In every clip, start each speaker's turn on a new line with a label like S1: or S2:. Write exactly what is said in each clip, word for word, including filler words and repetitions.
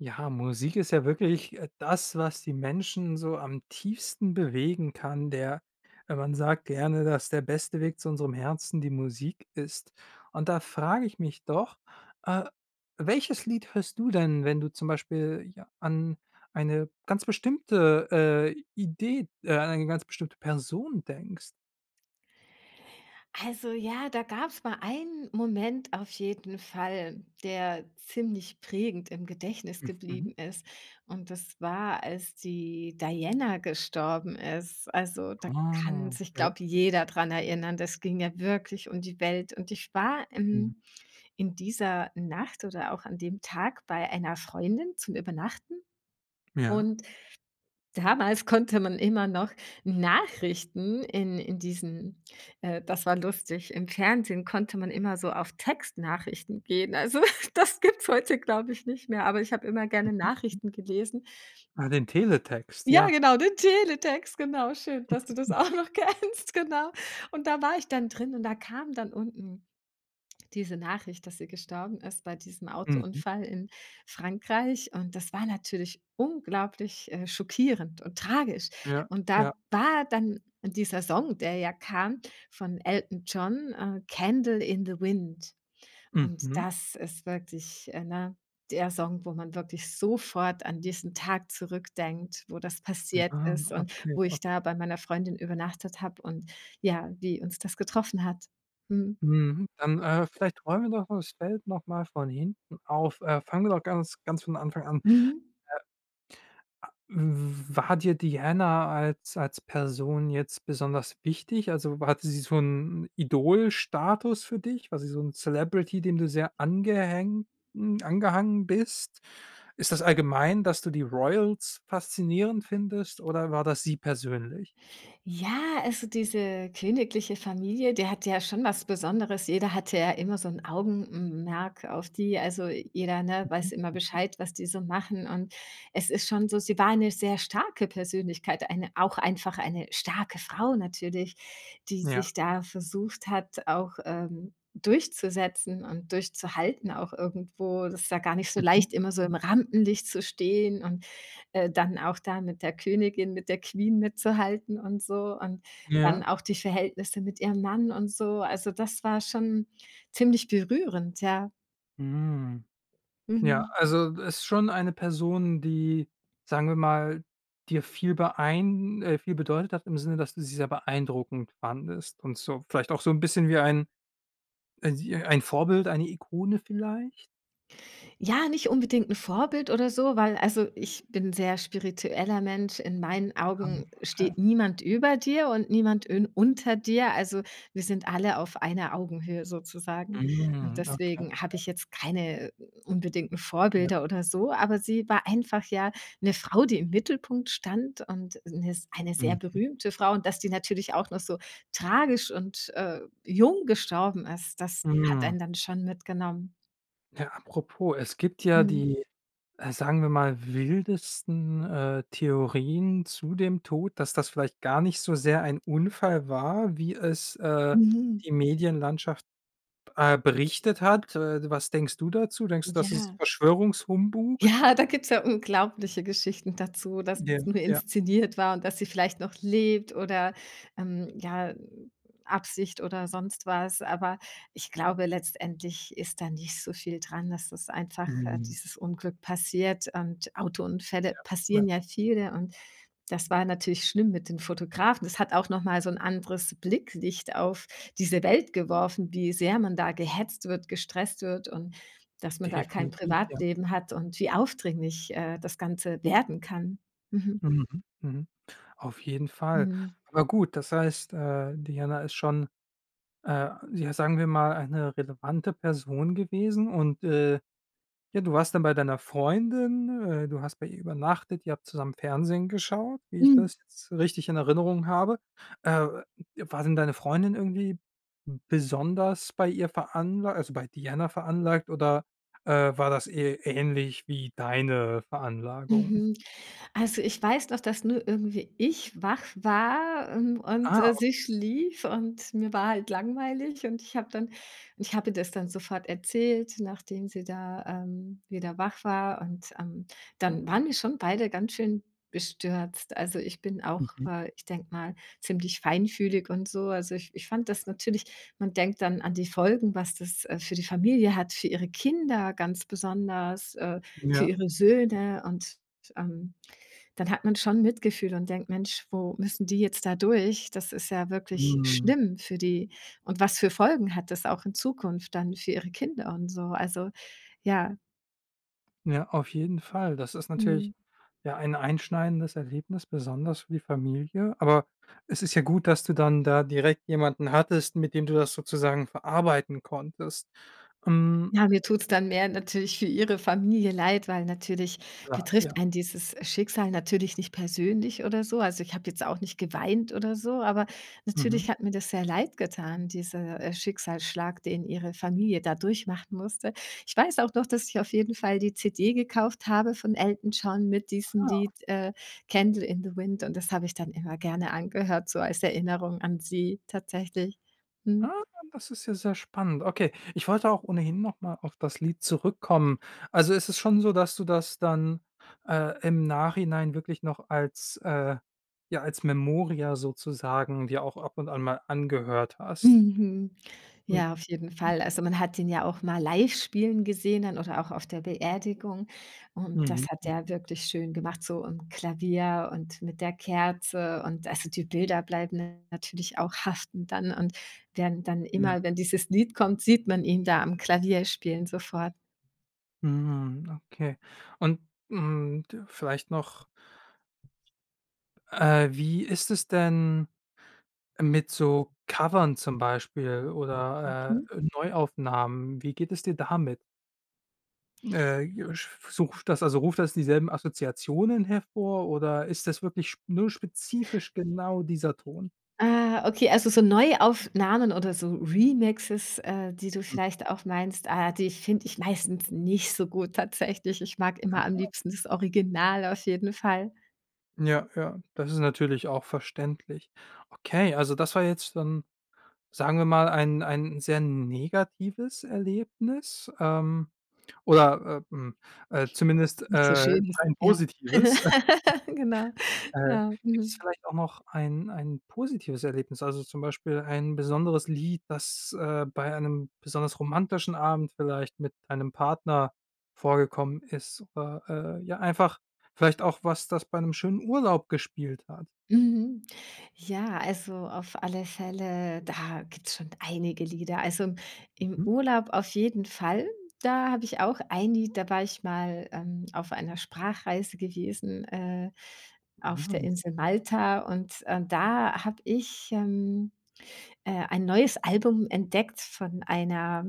S1: Ja, Musik ist ja wirklich äh, das, was die Menschen so am tiefsten bewegen kann. Der äh, Man sagt gerne, dass der beste Weg zu unserem Herzen die Musik ist. Und da frage ich mich doch, äh, welches Lied hörst du denn, wenn du zum Beispiel, ja, an eine ganz bestimmte, äh, Idee äh, an eine ganz bestimmte Person denkst?
S2: Also ja, da gab es mal einen Moment auf jeden Fall, der ziemlich prägend im Gedächtnis
S1: Mhm.
S2: geblieben ist. Und das war, als die Diana gestorben ist. Also da kann
S1: Ah,
S2: sich,
S1: ja.
S2: glaube ich, jeder dran erinnern. Das ging ja wirklich um die Welt. Und ich war
S1: Mhm.
S2: in, in dieser Nacht oder auch an dem Tag bei einer Freundin zum Übernachten.
S1: Ja.
S2: Und damals konnte man immer noch Nachrichten in in diesen äh, das war lustig, im Fernsehen konnte man immer so auf Textnachrichten gehen. Also, das gibt's heute, glaube ich, nicht mehr, aber ich habe immer gerne
S1: Mhm.
S2: Nachrichten gelesen.
S1: Ah, den Teletext,
S2: Ja,
S1: ja.
S2: genau, den Teletext, genau, schön, dass du das auch noch kennst, genau. Und da war ich dann drin und da kam dann unten diese Nachricht, dass sie gestorben ist bei diesem
S1: Mhm.
S2: Autounfall in Frankreich. Und das war natürlich unglaublich, äh, schockierend und tragisch.
S1: Ja,
S2: Und
S1: ja.
S2: da war dann dieser Song, der ja kam von Elton John, äh, „Candle in the Wind“. Und
S1: Mhm.
S2: das ist wirklich, äh, ne, der Song, wo man wirklich sofort an diesen Tag zurückdenkt, wo das passiert
S1: Ah,
S2: ist und
S1: okay,
S2: wo ich da
S1: okay.
S2: bei meiner Freundin übernachtet habe und ja, wie uns das getroffen hat. Mhm.
S1: Mhm. Dann, äh, vielleicht räumen wir doch das Feld noch mal von hinten auf. Äh, fangen wir doch ganz ganz von Anfang an.
S2: Mhm.
S1: W war dir Diana als als Person jetzt besonders wichtig? Also, hatte sie so 'n Idolstatus für dich? War sie so ein Celebrity, dem du sehr angehängt hm, angehangen bist? Ist das allgemein, dass du die Royals faszinierend findest oder war das sie persönlich?
S2: Ja, also diese königliche Familie, die hat ja schon was Besonderes. Jeder hatte ja immer so ein Augenmerk auf die. Also, jeder, ne, weiß immer
S1: Mhm.
S2: Bescheid, was die so machen. Und es ist schon so, sie war eine sehr starke Persönlichkeit, eine, auch einfach eine starke Frau natürlich, die
S1: Ja.
S2: sich da versucht hat, auch, ähm, durchzusetzen und durchzuhalten auch irgendwo. Das ist ja gar nicht so
S1: Mhm.
S2: leicht, immer so
S1: Mhm.
S2: im Rampenlicht zu stehen und äh, dann auch da mit der Königin, mit der Queen mitzuhalten und so und
S1: Ja.
S2: dann auch die Verhältnisse mit ihrem Mann und so. Also, das war schon ziemlich berührend, ja.
S1: Hm. Ja,
S2: Mhm.
S1: also ist schon eine Person, die, sagen wir mal, dir viel beein äh, viel bedeutet hat im Sinne, dass du sie sehr beeindruckend fandest und so vielleicht auch so 'n bisschen wie ein äh, ein Vorbild, eine Ikone vielleicht?
S2: Ja, nicht unbedingt ein Vorbild oder so, weil also, ich bin sehr spiritueller Mensch. In meinen
S1: Ah,
S2: Augen
S1: okay.
S2: steht niemand über dir und niemand in unter dir. Also, wir sind alle auf einer Augenhöhe sozusagen. Und
S1: Mhm, okay.
S2: deswegen habe ich jetzt keine unbedingten
S1: Ja.
S2: Vorbilder oder so, aber sie war einfach, ja, eine Frau, die im Mittelpunkt stand und 'ne eine sehr
S1: Mhm.
S2: berühmte Frau. Und dass die natürlich auch noch so tragisch und, äh, jung gestorben ist, das hat
S1: Mhm.
S2: einen dann schon mitgenommen.
S1: Ja, apropos, es gibt ja
S2: Mhm.
S1: die, äh, sagen wir mal, wildesten, äh, Theorien zu dem Tod, dass das vielleicht gar nicht so sehr ein Unfall war, wie es, äh,
S2: Mhm.
S1: die Medienlandschaft äh, berichtet hat. Äh, was denkst du dazu? Denkst du, das ist
S2: Ja.
S1: Verschwörungshumbug?
S2: Ja, da gibt's ja unglaubliche Geschichten dazu, dass
S1: Ja,
S2: es nur
S1: ja.
S2: inszeniert war und dass sie vielleicht noch lebt oder, ähm, ja, Absicht oder sonst was. Aber ich glaube, letztendlich ist da nicht so viel dran, dass das einfach, äh,
S1: Mhm.
S2: dieses Unglück passiert und Autounfälle
S1: Ja,
S2: passieren ja viele und das war natürlich schlimm mit den Fotografen. Das hat auch noch mal so 'n anderes Blicklicht auf diese Welt geworfen, wie sehr man da gehetzt wird, gestresst wird und dass man da kein
S1: definitiv, ja.
S2: Privatleben hat und wie aufdringlich, äh, das Ganze werden kann. Mhm.
S1: Mhm, mhm. Auf jeden Fall.
S2: Mhm.
S1: Aber gut, das heißt, äh, Diana ist schon, äh, ja, sagen wir mal, eine relevante Person gewesen und, äh Ja, du warst dann bei deiner Freundin, äh, du hast bei ihr übernachtet, ihr habt zusammen Fernsehen geschaut, wie ich
S2: Mhm.
S1: das jetzt richtig in Erinnerung habe. Äh, War denn deine Freundin irgendwie besonders bei ihr veranlagt, also, bei Diana veranlagt oder, äh, war das eher ähnlich wie deine Veranlagung?
S2: Mhm. Also, ich weiß noch, dass nur irgendwie ich wach war, ähm, und,
S1: Ah,
S2: äh, sie schlief und mir war halt langweilig und ich habe dann ich habe ihr das dann sofort erzählt, nachdem sie da, ähm, wieder wach war und, ähm, dann waren wir schon beide ganz schön bestürzt. Also, ich bin auch,
S1: mhm,
S2: äh, ich denke mal, ziemlich feinfühlig und so. Also, ich ich fand das natürlich, man denkt dann an die Folgen, was das, äh, für die Familie hat, für ihre Kinder ganz besonders, äh, für
S1: ja.
S2: ihre Söhne und ähm, dann hat man schon Mitgefühl und denkt: „Mensch, wo müssen die jetzt da durch? Das ist ja wirklich
S1: Hm.
S2: schlimm für die und was für Folgen hat das auch in Zukunft dann für ihre Kinder und so?“ Also, ja.
S1: Ja, auf jeden Fall. Das ist natürlich,
S2: Mhm.
S1: ja, ein einschneidendes Erlebnis, besonders für die Familie. Aber es ist ja gut, dass du dann da direkt jemanden hattest, mit dem du das sozusagen verarbeiten konntest. Hm,
S2: Ja, mir tut's dann mehr natürlich für Ihre Familie leid, weil natürlich
S1: klar, ja.
S2: betrifft
S1: Ja,
S2: einen dieses Schicksal natürlich nicht persönlich oder so. Also, ich habe jetzt auch nicht geweint oder so, aber
S1: mhm.
S2: natürlich hat mir das sehr leid getan, dieser, äh, Schicksalsschlag, den Ihre Familie da durchmachen musste. Ich weiß auch noch, dass ich auf jeden Fall die C D gekauft habe von Elton John mit diesem Lied, äh, „Candle in the Wind“ und das habe ich dann immer gerne angehört, so als Erinnerung an Sie tatsächlich.
S1: Ah,
S2: Mhm.
S1: ah, das ist ja sehr spannend. Okay, ich wollte auch ohnehin noch mal auf das Lied zurückkommen. Also, ist es schon so, dass du das dann, äh, im Nachhinein wirklich noch als, äh ja, als Memoria sozusagen dir auch ab und an mal angehört hast?
S2: Mhm. Ja, auf jeden Fall. Also, man hat ihn ja auch mal live spielen gesehen dann oder auch auf der Beerdigung und das hat
S1: Mhm.
S2: er wirklich schön gemacht, so am Klavier und mit der Kerze und also, die Bilder bleiben natürlich auch haften dann und werden dann
S1: Ja.
S2: immer, wenn dieses Lied kommt, sieht man ihn da am Klavier spielen sofort.
S1: Mhm, okay. Und, hm, d vielleicht noch, äh, wie ist es denn mit so Covern zum Beispiel oder,
S2: Mhm.
S1: äh, Neuaufnahmen? Wie geht es dir damit? Äh, ja, sch sucht das also ruft das dieselben Assoziationen hervor oder ist das wirklich sp nur spezifisch genau dieser Ton?
S2: Ah, okay, also so Neuaufnahmen oder so Remixes, äh, die du
S1: Hm.
S2: vielleicht auch meinst, ah, die finde ich meistens nicht so gut tatsächlich. Ich mag immer am liebsten das Original auf jeden Fall.
S1: Ja, ja, das ist natürlich auch verständlich. Okay, also das war jetzt dann, sagen wir mal, ein ein sehr negatives Erlebnis, ähm, oder, äh, hm, äh, zumindest,
S2: Nicht so
S1: äh,
S2: schön ist,
S1: kein
S2: ja.
S1: positives.
S2: Genau,
S1: Äh,
S2: ja,
S1: Gibt es
S2: mhm.
S1: vielleicht auch noch ein ein positives Erlebnis, also zum Beispiel ein besonderes Lied, das, äh, bei einem besonders romantischen Abend vielleicht mit deinem Partner vorgekommen ist oder, äh, ja, einfach vielleicht auch was, das bei einem schönen Urlaub gespielt hat?
S2: Mhm. Ja, also auf alle Fälle, da gibt's schon einige Lieder. Also im im
S1: Mhm.
S2: Urlaub auf jeden Fall. Da habe ich auch ein Lied, da war ich mal, ähm, auf einer Sprachreise gewesen, äh,
S1: Ah,
S2: auf der
S1: mhm,
S2: Insel Malta und, äh, da habe ich, ähm, äh, ein neues Album entdeckt von einer,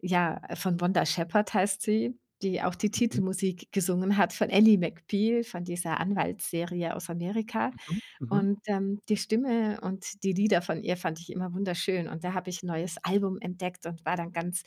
S2: ja, von Wanda Shepherd heißt sie, die auch die
S1: mhm,
S2: Titelmusik gesungen hat von Ally McBeal, von dieser Anwaltsserie aus Amerika.
S1: mhm.
S2: Und, ähm, die Stimme und die Lieder von ihr fand ich immer wunderschön. Und da habe ich 'n neues Album entdeckt und war dann ganz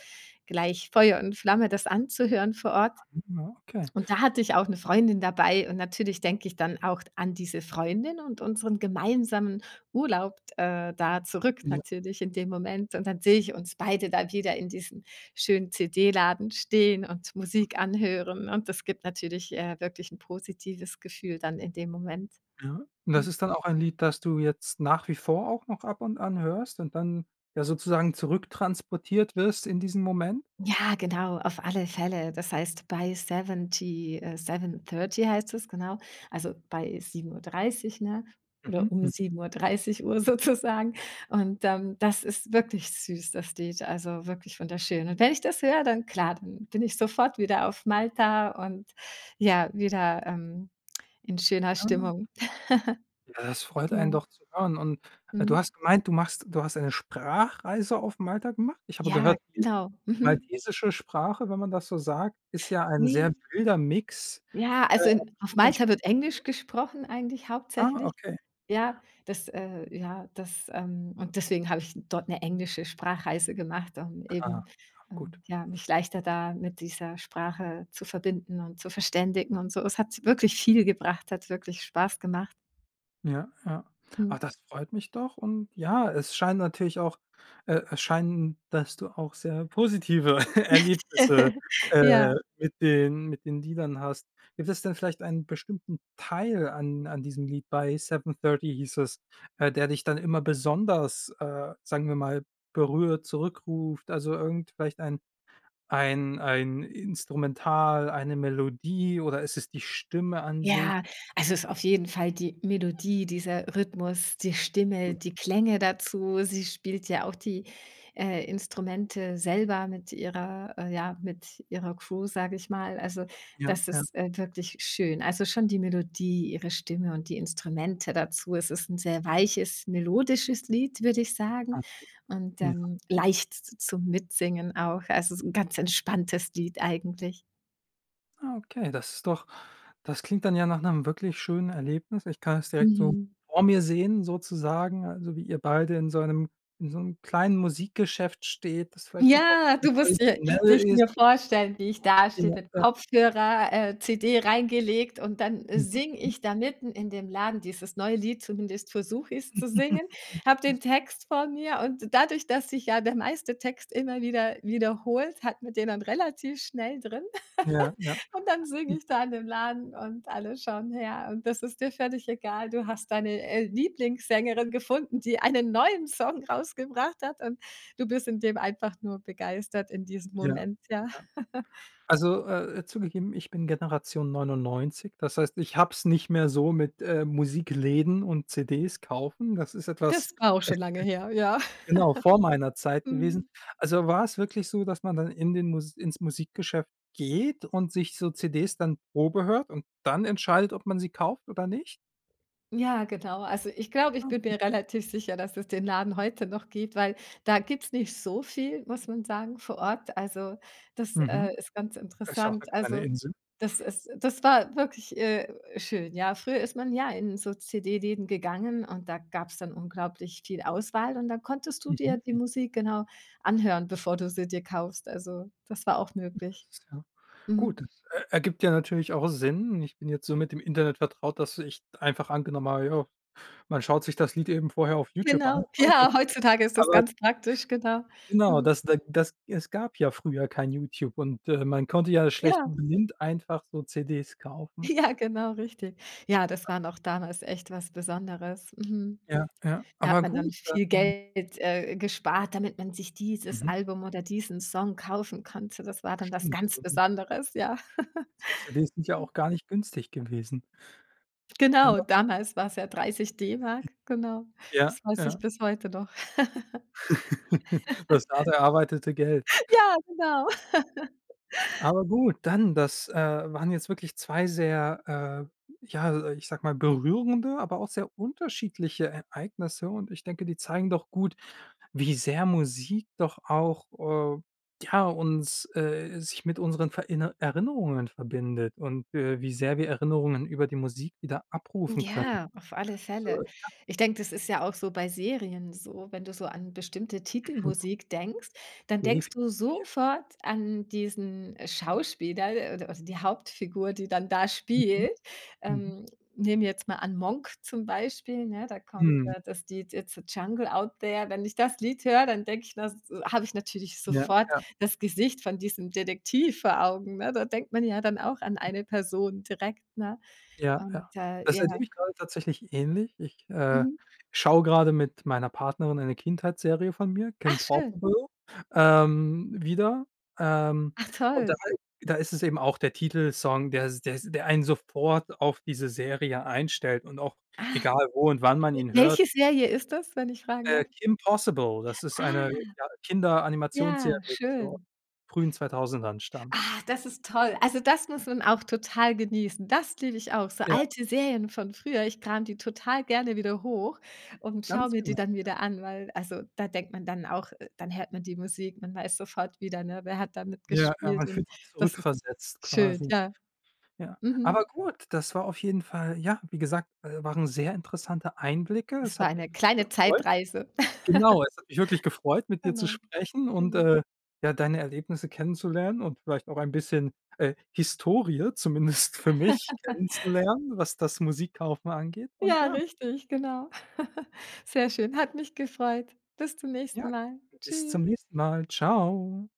S2: gleich Feuer und Flamme, das anzuhören vor Ort.
S1: Mhm, ja, okay.
S2: Und da hatte ich auch eine Freundin dabei und natürlich denke ich dann auch an diese Freundin und unseren gemeinsamen Urlaub, äh, da zurück natürlich in dem Moment. Und dann sehe ich uns beide da wieder in diesem schönen C D-Laden stehen und Musik anhören und das gibt natürlich, äh, wirklich ein positives Gefühl dann in dem Moment.
S1: Ja. Und das ist dann auch ein Lied, das du jetzt nach wie vor auch noch ab und an hörst und dann ja sozusagen zurücktransportiert wirst in diesen Moment?
S2: Ja, genau, auf alle Fälle. Das heißt, bei siebzig, äh, sieben Uhr dreißig heißt es, genau. Also, bei sieben Uhr dreißig, ne? Oder
S1: Mhm,
S2: um
S1: mhm.
S2: sieben Uhr dreißig Uhr sozusagen. Und, ähm, das ist wirklich süß, das Lied, also wirklich wunderschön. Und wenn ich das höre, dann klar, dann bin ich sofort wieder auf Malta und ja, wieder, ähm, in schöner
S1: Ah,
S2: Stimmung.
S1: ja, das freut einen
S2: Genau.
S1: doch zu hören. Und, äh, du
S2: Mhm.
S1: hast gemeint, du machst du hast eine Sprachreise auf Malta gemacht? Ich habe
S2: Ja,
S1: gehört, die
S2: genau.
S1: die
S2: Mhm.
S1: maltesische Sprache, wenn man das so sagt, ist ja ein sehr
S2: Ne.
S1: wilder Mix,
S2: Ja,
S1: äh,
S2: also
S1: aus
S2: in auf
S1: verschiedenen Sp
S2: Malta wird Englisch gesprochen eigentlich
S1: Ah,
S2: hauptsächlich.
S1: okay.
S2: Ja, das äh, ja, das, ähm und deswegen habe ich dort eine englische Sprachreise gemacht, um
S1: Ah,
S2: eben,
S1: gut.
S2: ähm, ja, mich leichter da mit dieser Sprache zu verbinden und zu verständigen und so. Es hat wirklich viel gebracht, hat wirklich Spaß gemacht.
S1: Ja, ja.
S2: Mhm.
S1: Ach, das freut mich doch, und ja, es scheint natürlich auch äh, es scheint, dass du auch sehr positive Erlebnisse,
S2: Ja.
S1: äh, mit den mit den Liedern hast. Gibt es denn vielleicht einen bestimmten Teil an an diesem Lied bei seven Thirty, hieß es, äh, der dich dann immer besonders, äh, sagen wir mal, berührt, zurückruft? Also, irgend vielleicht ein ein ein Instrumental, eine Melodie oder ist es die Stimme an sich?
S2: Ja, also es ist auf jeden Fall die Melodie, dieser Rhythmus, die Stimme, die Klänge dazu. Sie spielt ja auch die äh, Instrumente selber mit ihrer, äh, ja, mit ihrer Crew, sage ich mal. Also
S1: Ja,
S2: das
S1: ja,
S2: ist, äh, wirklich schön. Also schon die Melodie, ihre Stimme und die Instrumente dazu. Es ist ein sehr weiches, melodisches Lied, würde ich sagen.
S1: ah,
S2: Und
S1: mhm.
S2: ähm, leicht zum Mitsingen auch. Also es ist ein ganz entspanntes Lied eigentlich.
S1: Ah, okay, das ist doch das klingt dann ja nach einem wirklich schönen Erlebnis. Ich kann es direkt so
S2: Mhm.
S1: vor mir sehen, sozusagen, also, wie ihr beide in so einem in so einem kleinen Musikgeschäft steht, das vielleicht auch noch
S2: Ja, du musst dir, dich
S1: traditionell
S2: mir
S1: ist.
S2: vorstellen, wie ich dastehe
S1: Ja,
S2: mit
S1: ja.
S2: Kopfhörer, äh, C D reingelegt und dann
S1: Mhm,
S2: singe
S1: mhm.
S2: ich da mitten in dem Laden dieses neue Lied, zumindest versuche ich's zu singen, habe den Text vor mir und dadurch, dass sich ja der meiste Text immer wieder wiederholt, hat man den dann relativ schnell drin.
S1: Ja, ja,
S2: Und dann singe
S1: gut,
S2: ich da in dem Laden und alle schauen her und das ist dir völlig egal. Du hast deine, äh, Lieblingssängerin gefunden, die einen neuen Song rausgebracht hat und du bist in dem einfach nur begeistert in diesem
S1: ja,
S2: Moment, ja.
S1: ja. Also, äh, zugegeben, ich bin Generation neunundneunzig. Das heißt, ich hab's nicht mehr so mit, äh, Musikläden und C Ds kaufen. Das ist
S2: Das
S1: etwas.
S2: war auch schon lange her, ja.
S1: Genau, vor meiner Zeit gewesen.
S2: Mhm.
S1: Also, war es wirklich so, dass man dann in den Mus ins Musikgeschäft geht und sich so C Ds dann Probe hört und dann entscheidet, ob man sie kauft oder nicht?
S2: Ja, genau. Also, ich glaube, ich
S1: Ah,
S2: bin
S1: okay.
S2: mir relativ sicher, dass es den Laden heute noch gibt, weil da gibt's nicht so viel, muss man sagen, vor Ort. Also, das,
S1: Mhm.
S2: äh, ist ganz
S1: Ist ja auch
S2: interessant.
S1: 'ne kleine
S2: Also,
S1: Insel.
S2: das ist das war wirklich, äh, schön, ja. Früher ist man ja in so C D-Läden gegangen und da gab's dann unglaublich viel Auswahl und dann konntest du dir die
S1: Mhm.
S2: Musik genau anhören, bevor du sie dir kaufst. Also, das war auch möglich.
S1: Das ist ja gut,
S2: Mhm.
S1: das, äh, ergibt ja natürlich auch Sinn. Ich bin jetzt so mit dem Internet vertraut, dass ich einfach angenommen habe, ja, man schaut sich das Lied eben vorher auf YouTube an
S2: Genau. Ja,
S1: anguckt.
S2: heutzutage ist das
S1: Aber
S2: ganz praktisch, genau.
S1: genau,
S2: Mhm.
S1: das da das es gab ja früher kein YouTube und, äh, man konnte ja schlecht
S2: Ja.
S1: blind einfach so C Ds kaufen.
S2: Ja, genau, richtig. Ja, das war noch damals echt was Besonderes. Mhm.
S1: Ja, ja.
S2: Da hat
S1: Aber
S2: man dann
S1: gut,
S2: viel
S1: dann,
S2: Geld, äh, gespart, damit man sich dieses
S1: mhm,
S2: Album oder diesen Song kaufen konnte. Das war dann was
S1: stimmt.
S2: ganz
S1: Ähm,
S2: Besonderes, ja.
S1: so C Ds sind ja auch gar nicht günstig gewesen.
S2: Genau,
S1: Aber
S2: damals war es ja dreißig D-Mark, genau.
S1: ja,
S2: Das weiß
S1: ja.
S2: ich bis heute noch.
S1: Das hart erarbeitete Geld.
S2: Ja, genau.
S1: Aber gut, dann, das, äh, waren jetzt wirklich zwei sehr, äh, ja, ich sage mal, berührende, aber auch sehr unterschiedliche Ereignisse, und ich denke, die zeigen doch gut, wie sehr Musik doch auch, äh, ja, uns äh, sich mit unseren verinner Erinnerungen verbindet und, äh, wie sehr wir Erinnerungen über die Musik wieder abrufen können.
S2: Ja, auf alle
S1: So,
S2: Fälle. Ich denke, das ist ja auch so bei Serien so, wenn du so an bestimmte
S1: mhm,
S2: Titelmusik denkst, dann denkst
S1: definitiv.
S2: du sofort an diesen Schauspieler, äh, oder, oder die Hauptfigur, die dann da
S1: Mhm,
S2: spielt.
S1: mhm,
S2: Ähm, Nehmen wir jetzt mal an Monk zum Beispiel, ne? Da kommt
S1: mhm,
S2: äh, das Lied „It's a Jungle Out There“. Wenn ich das Lied höre, dann denke ich, das äh, habe ich natürlich
S1: ja,
S2: sofort
S1: ja.
S2: das Gesicht von diesem Detektiv vor Augen. Ne? Da denkt man ja dann auch an eine Person direkt. Ne?
S1: Ja, ja.
S2: Und äh,
S1: Das
S2: ja.
S1: erlebe ich gerade tatsächlich ähnlich. Ich, äh,
S2: Mhm.
S1: schaue gerade mit meiner Partnerin eine Kindheitsserie von mir, Kim
S2: Ach schön.
S1: Possible, ähm, wieder, ähm,
S2: Ach
S1: und da
S2: toll.
S1: da ist es eben auch der Titelsong, der s der s der einen sofort auf diese Serie einstellt, und auch
S2: Ah,
S1: egal, wo und wann man ihn hört.
S2: welche Serie ist das, wenn ich fragen
S1: Äh,
S2: darf?
S1: Kim Possible, das ist eine,
S2: Ah,
S1: ja, Kinderanimationsserie,
S2: ja,
S1: die so aus
S2: schön.
S1: frühen zweitausendern stammt.
S2: Ah, das ist toll. Also, das muss man auch total genießen. Das liebe ich auch, so
S1: Ja,
S2: alte Serien von früher. Ich kram die total gerne wieder hoch und schaue
S1: ganz
S2: mir die
S1: genau.
S2: dann wieder an, weil also, da denkt man dann auch, äh, dann hört man die Musik, man weiß sofort wieder, ne, wer hat da
S1: Ja, ja,
S2: mitgespielt
S1: man
S2: und
S1: fühlt sich
S2: das ist
S1: zurückversetzt
S2: schön,
S1: quasi.
S2: ja.
S1: Ja, aber
S2: Mhm.
S1: gut, das war auf jeden Fall, ja, wie gesagt, äh, waren sehr interessante Einblicke.
S2: Das
S1: Es
S2: war
S1: hat mich
S2: eine kleine
S1: wirklich gefreut.
S2: Zeitreise.
S1: Genau, es hat mich wirklich gefreut, mit dir zu
S2: Genau.
S1: sprechen und,
S2: Mhm.
S1: äh, ja, deine Erlebnisse kennenzulernen und vielleicht auch ein bisschen, äh, Historie zumindest für mich kennenzulernen, was das Musikkaufen angeht. Und
S2: Ja,
S1: ja,
S2: richtig, genau. Sehr schön, hat mich gefreut. Bis zum
S1: ja,
S2: nächsten Mal.
S1: bis zum
S2: Tschüss.
S1: nächsten Mal. Ciao.